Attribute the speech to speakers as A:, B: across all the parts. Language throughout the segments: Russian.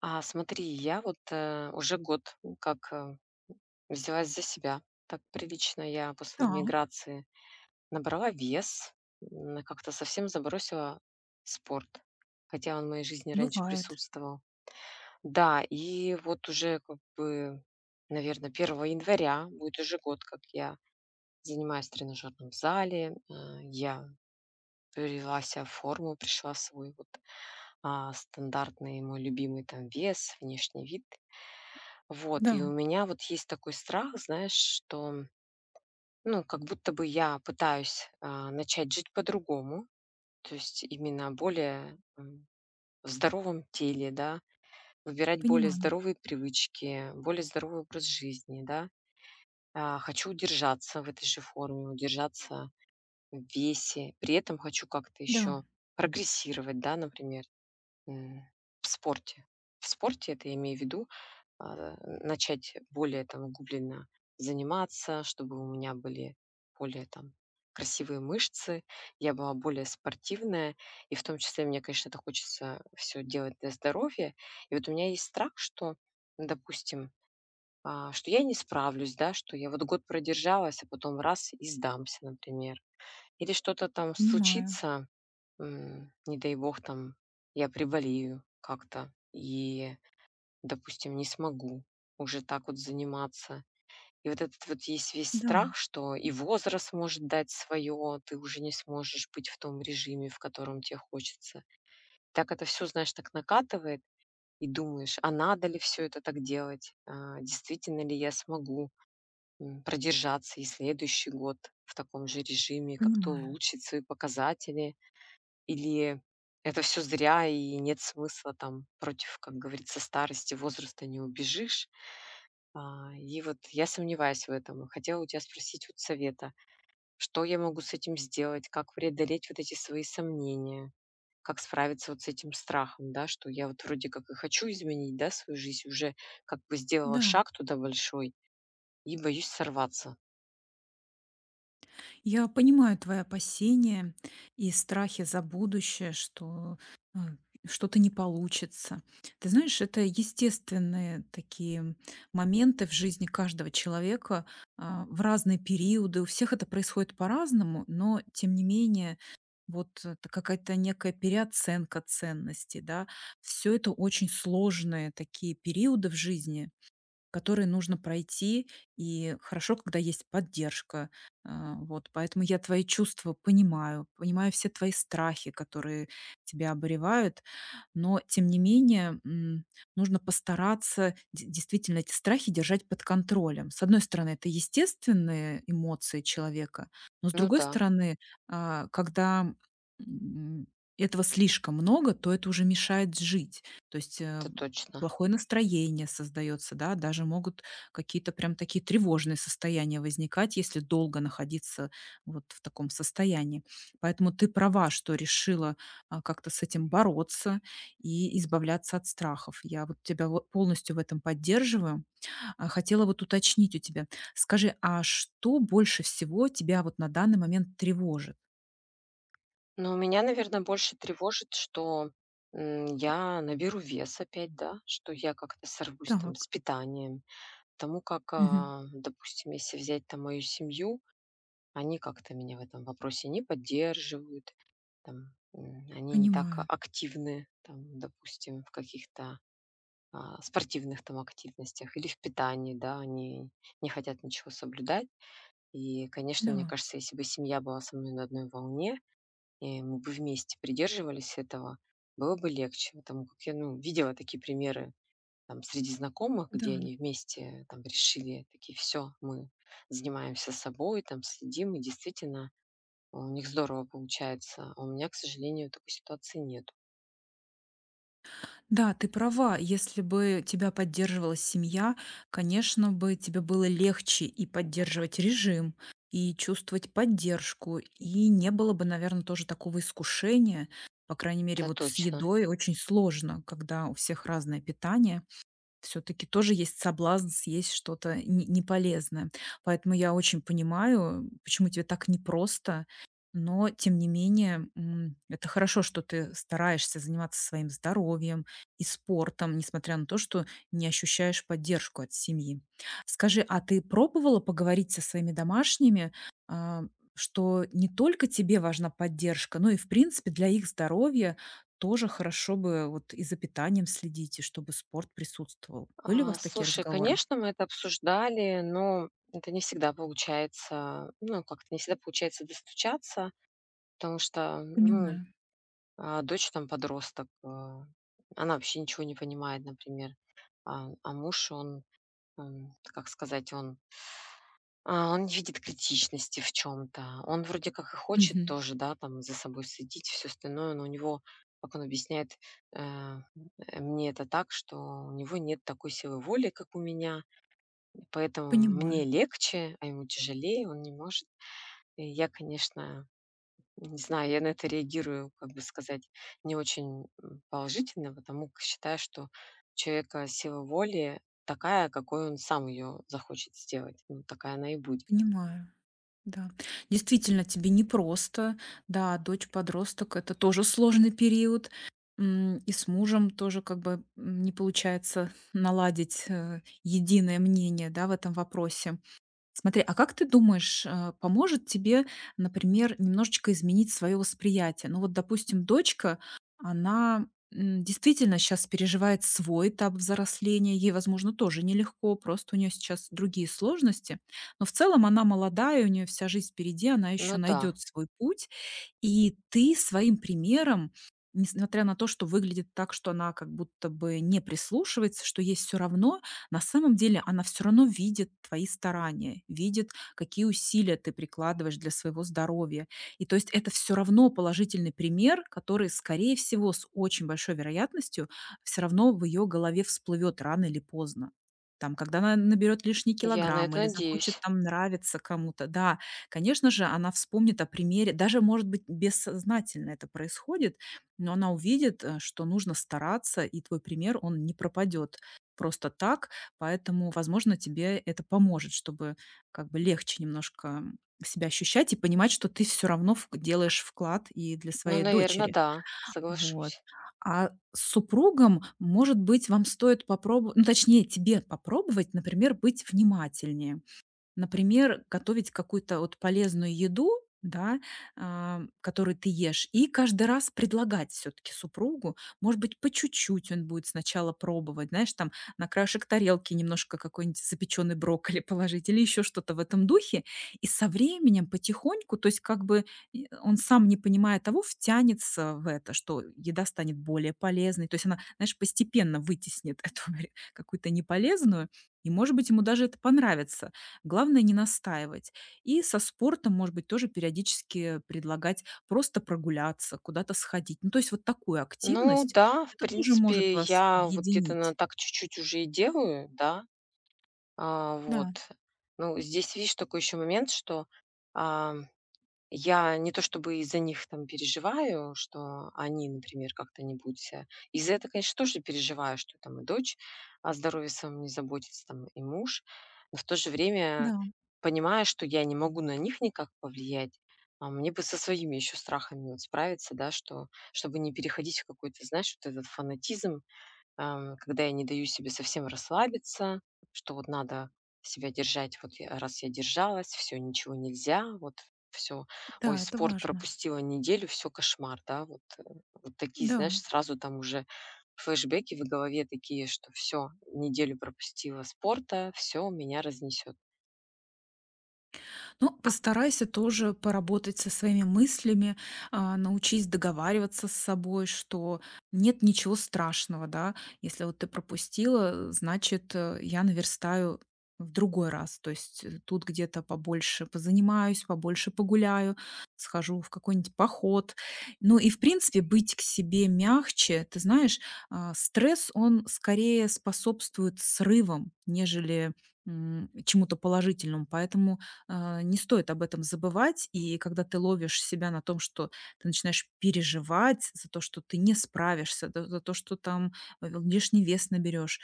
A: Смотри, я вот, уже год, как, взялась за себя. Так прилично я после
B: Так,
A: миграции набрала вес, как-то совсем забросила спорт, хотя он в моей жизни раньше
B: бывает.
A: присутствовал. Да, и вот уже как бы, наверное, первого января будет уже год, как я занимаюсь в тренажерном зале. Я привела себя в форму, пришла в свой вот, стандартный мой любимый там вес, внешний вид. Вот, и у
B: Да,
A: меня вот есть такой страх, знаешь, что, ну, как будто бы я пытаюсь, начать жить по-другому, то есть именно более, в здоровом теле, да, выбирать более
B: понимаю.
A: здоровые привычки, более здоровый образ жизни, да. Хочу удержаться в этой же форме, удержаться в весе, при этом хочу как-то
B: Да,
A: еще прогрессировать, да, например, м, в спорте. В спорте, это я имею в виду, а, начать более там углубленно заниматься, чтобы у меня были более там красивые мышцы, я была более спортивная, и в том числе мне, конечно, это хочется все делать для здоровья. И вот у меня есть страх, что, ну, допустим, что я не справлюсь, да, что я вот год продержалась, а потом раз и сдамся, например. Или что-то там
B: понимаю.
A: случится, не дай бог, там я приболею как-то, и допустим, не смогу уже так вот заниматься. И вот этот вот есть весь
B: Да,
A: страх, что и возраст может дать свое, ты уже не сможешь быть в том режиме, в котором тебе хочется. Так это все, знаешь, так накатывает, и думаешь, а надо ли все это так делать? Действительно ли я смогу продержаться и следующий год в таком же режиме, как-то
B: понимаю.
A: улучшить свои показатели? Или это все зря и нет смысла там против, как говорится, старости, возраста не убежишь? И вот я сомневаюсь в этом. И хотела у тебя спросить вот совета. Что я могу с этим сделать? Как преодолеть вот эти свои сомнения? Как справиться вот с этим страхом, да, что я вот вроде как и хочу изменить, да, свою жизнь, уже как бы сделала
B: Да,
A: шаг туда большой и боюсь сорваться.
B: я понимаю твои опасения и страхи за будущее, что э, что-то не получится. Ты знаешь, это естественные такие моменты в жизни каждого человека, в разные периоды. У всех это происходит по-разному, но тем не менее. Вот, это какая-то некая переоценка ценностей, да. Все это очень сложные такие периоды в жизни, которые нужно пройти, и хорошо, когда есть поддержка. Вот, поэтому я твои чувства понимаю, понимаю все твои страхи, которые тебя обуревают, но тем не менее, нужно постараться де действительно эти страхи держать под контролем. С одной стороны, это естественные эмоции человека, но с
A: Ну
B: другой
A: да,
B: стороны, когда, м, этого слишком много, то это уже мешает жить. То есть,
A: это точно.
B: плохое настроение создается, да, даже могут какие-то прям такие тревожные состояния возникать, если долго находиться вот в таком состоянии. Поэтому ты права, что решила, как-то с этим бороться и избавляться от страхов. Я вот тебя вот полностью в этом поддерживаю. Хотела вот уточнить у тебя. Скажи, а что больше всего тебя вот на данный момент тревожит?
A: Но меня, наверное, больше тревожит, что я наберу вес опять, да, что я как-то сорвусь там с
B: Так.
A: питанием, тому как,
B: Мгм.
A: допустим, если взять там мою семью, они как-то меня в этом вопросе не поддерживают, там, они не так
B: Понимаю.
A: активны, там, допустим, в каких-то спортивных там активностях или в питании, да, они не хотят ничего соблюдать. И, конечно, мне
B: Да,
A: кажется, если бы семья была со мной на одной волне, и мы бы вместе придерживались этого, было бы легче, потому как я, ну, видела такие примеры там среди знакомых, где
B: да.
A: они вместе там решили такие, все, мы занимаемся собой, там следим, и действительно у них здорово получается. А у меня, к сожалению, такой ситуации нет.
B: Да, ты права. Если бы тебя поддерживала семья, конечно бы тебе было легче и поддерживать режим, и чувствовать поддержку, и не было бы, наверное, тоже такого искушения. По крайней мере,
A: Да,
B: вот с
A: точно.
B: едой очень сложно, когда у всех разное питание, все таки тоже есть соблазн съесть что-то не неполезное. Поэтому я очень понимаю, почему тебе так непросто, но тем не менее, это хорошо, что ты стараешься заниматься своим здоровьем и спортом, несмотря на то, что не ощущаешь поддержку от семьи. Скажи, а ты пробовала поговорить со своими домашними, а, что не только тебе важна поддержка, но и в принципе для их здоровья тоже хорошо бы вот и за питанием следить, и чтобы спорт присутствовал. Были у вас такие
A: Слушай,
B: разговоры?
A: конечно, мы это обсуждали, но это не всегда получается, ну, как-то не всегда получается достучаться, потому что, ну,
B: Понимаю.
A: дочь там подросток, она вообще ничего не понимает, например. А муж, он, как сказать, он не видит критичности в чем то. Он вроде как и хочет
B: Мгм.
A: тоже, да, там за собой следить, все остальное, но у него, как он объясняет, э, мне это так, что у него нет такой силы воли, как у меня, поэтому мне
B: Понимаю,
A: легче, а ему тяжелее, он не может. И я, конечно, не знаю, я на это реагирую, как бы сказать, не очень, положительно, потому как считаю, что у человека сила воли такая, какой он сам ее захочет сделать. Ну, такая она и будет.
B: понимаю. Да, действительно, тебе непросто. Да, дочь-подросток — это тоже сложный период. И с мужем тоже как бы, не получается наладить, единое мнение, да, в этом вопросе. Смотри, а как ты думаешь, поможет тебе, например, немножечко изменить свое восприятие? Ну вот, допустим, дочка, она действительно сейчас переживает свой этап взросления, ей, возможно, тоже нелегко, просто у нее сейчас другие сложности, но в целом она молодая, у нее вся жизнь впереди, она еще
A: Ну да.
B: найдет свой путь, и ты своим примером, несмотря на то, что выглядит так, что она как будто бы не прислушивается, что есть все равно, на самом деле она все равно видит твои старания, видит, какие усилия ты прикладываешь для своего здоровья. И то есть это все равно положительный пример, который, скорее всего, с очень большой вероятностью все равно в ее голове всплывет рано или поздно. Там, когда она наберет лишний
A: Я на
B: килограмм
A: это
B: или захочет
A: надеюсь.
B: там нравиться кому-то, да. Конечно же, она вспомнит о примере, даже, может быть, бессознательно это происходит, но она увидит, что нужно стараться, и твой пример, он не пропадет просто так. Поэтому, возможно, тебе это поможет, чтобы как бы легче немножко себя ощущать и понимать, что ты все равно делаешь вклад и для
A: Ну,
B: своей
A: наверное,
B: дочери.
A: да,
B: Вот.
A: соглашусь.
B: А с супругом, может быть, вам стоит попробовать, ну, точнее, тебе попробовать, например, быть внимательнее. Например, готовить какую-то вот полезную еду, да, которую ты ешь, и каждый раз предлагать все таки супругу. Может быть, по чуть-чуть он будет сначала пробовать, знаешь, там на краешек тарелки немножко какой-нибудь запеченный брокколи положить или еще что-то в этом духе. И со временем потихоньку, то есть как бы и он сам, не понимая того, втянется в это, что еда станет более полезной. То есть она, знаешь, постепенно вытеснит эту какую-то неполезную, и, может быть, ему даже это понравится. Главное не настаивать. И со спортом, может быть, тоже периодически предлагать просто прогуляться, куда-то сходить. Ну, то есть вот такую
A: Ну
B: активность,
A: да, в
B: это тоже может
A: принципе,
B: вас
A: я вот где-то на
B: объединить.
A: так чуть-чуть уже и делаю, да. Вот.
B: Да,
A: Ну, здесь, видишь, такой еще момент, что, а, я не то чтобы из-за них там переживаю, что они, например, как-то не будут ся из-за этого, конечно, тоже переживаю, что там и дочь о здоровье своём не заботится, там и муж. Но в то же время
B: да,
A: понимаю, что я не могу на них никак повлиять. А мне бы со своими еще страхами вот справиться, да, что чтобы не переходить в какой-то, знаешь, вот этот фанатизм, когда я не даю себе совсем расслабиться, что вот надо себя держать. Вот я, раз я держалась, все, ничего нельзя, вот все, ой,
B: да, это
A: спорт
B: важно.
A: пропустила неделю, все кошмар, да, вот, вот такие, знаешь,
B: Да.
A: сразу там уже флешбеки в голове такие, что все, неделю пропустила спорта, все меня разнесет.
B: Ну, постарайся тоже поработать со своими мыслями, научись договариваться с собой, что нет ничего страшного, да. Если вот ты пропустила, значит, я наверстаю в другой раз. То есть тут где-то побольше позанимаюсь, побольше погуляю, схожу в какой-нибудь поход. Ну и, в принципе, быть к себе мягче. Ты знаешь, стресс, он скорее способствует срывам, нежели чему-то положительному. Поэтому, не стоит об этом забывать. И когда ты ловишь себя на том, что ты начинаешь переживать за то, что ты не справишься, да, за то, что там лишний вес наберешь,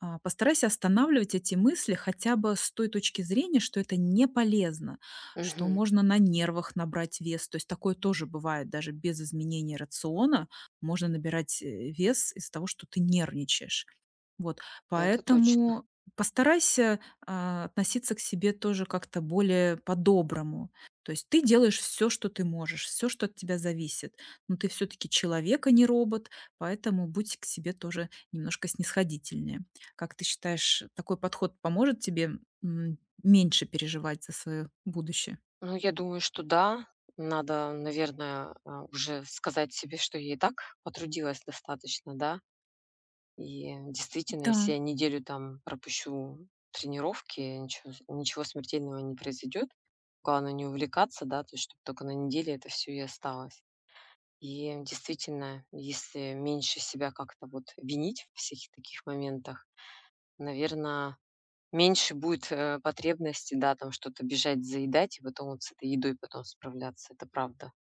B: постарайся останавливать эти мысли хотя бы с той точки зрения, что это не полезно, что
A: Мгм.
B: можно на нервах набрать вес. То есть такое тоже бывает даже без изменения рациона. Можно набирать вес из-за того, что ты нервничаешь. Вот,
A: Это точно.
B: поэтому постарайся, относиться к себе тоже как-то более по-доброму. То есть ты делаешь все, что ты можешь, все, что от тебя зависит, но ты все таки человек, а не робот, поэтому будь к себе тоже немножко снисходительнее. Как ты считаешь, такой подход поможет тебе, м, меньше переживать за свое будущее?
A: Ну, я думаю, что да, надо, наверное, уже сказать себе, что я и так потрудилась достаточно, да, и действительно, если
B: Да.
A: я неделю там пропущу тренировки, ничего смертельного не произойдет. Главное не увлекаться, да, то есть чтобы только на неделе это все и осталось. И действительно, если меньше себя как-то вот винить в всяких таких моментах, наверное, меньше будет потребности, да, там что-то бежать, заедать и потом вот с этой едой потом справляться. Это правда.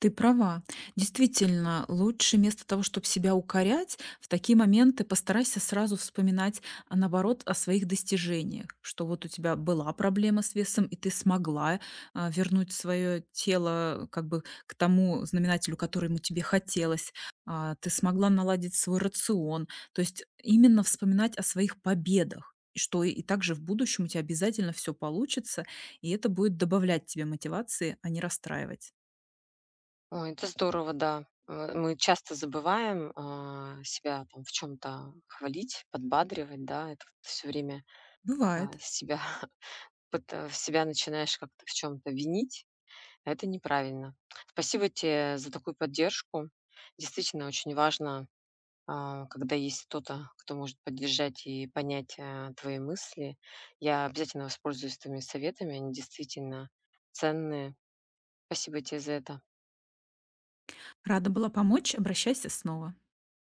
B: Ты права. Действительно, лучше вместо того, чтобы себя укорять, в такие моменты постарайся сразу вспоминать, наоборот, о своих достижениях, что вот у тебя была проблема с весом, и ты смогла вернуть свое тело как бы к тому знаменателю, который ему тебе хотелось, ты смогла наладить свой рацион. То есть именно вспоминать о своих победах и что и также в будущем у тебя обязательно все получится, и это будет добавлять тебе мотивации, а не расстраивать.
A: Ой, это здорово, да. Мы часто забываем, себя там в чем то хвалить, подбадривать, да. Это все время,
B: Бывает.
A: себя пыта себя начинаешь как-то в чем то винить. Это неправильно. Спасибо тебе за такую поддержку. Действительно, очень важно, когда есть кто-то, кто может поддержать и понять, твои мысли. Я обязательно воспользуюсь твоими советами, они действительно ценные. Спасибо тебе за это.
B: Рада была помочь, обращайся снова.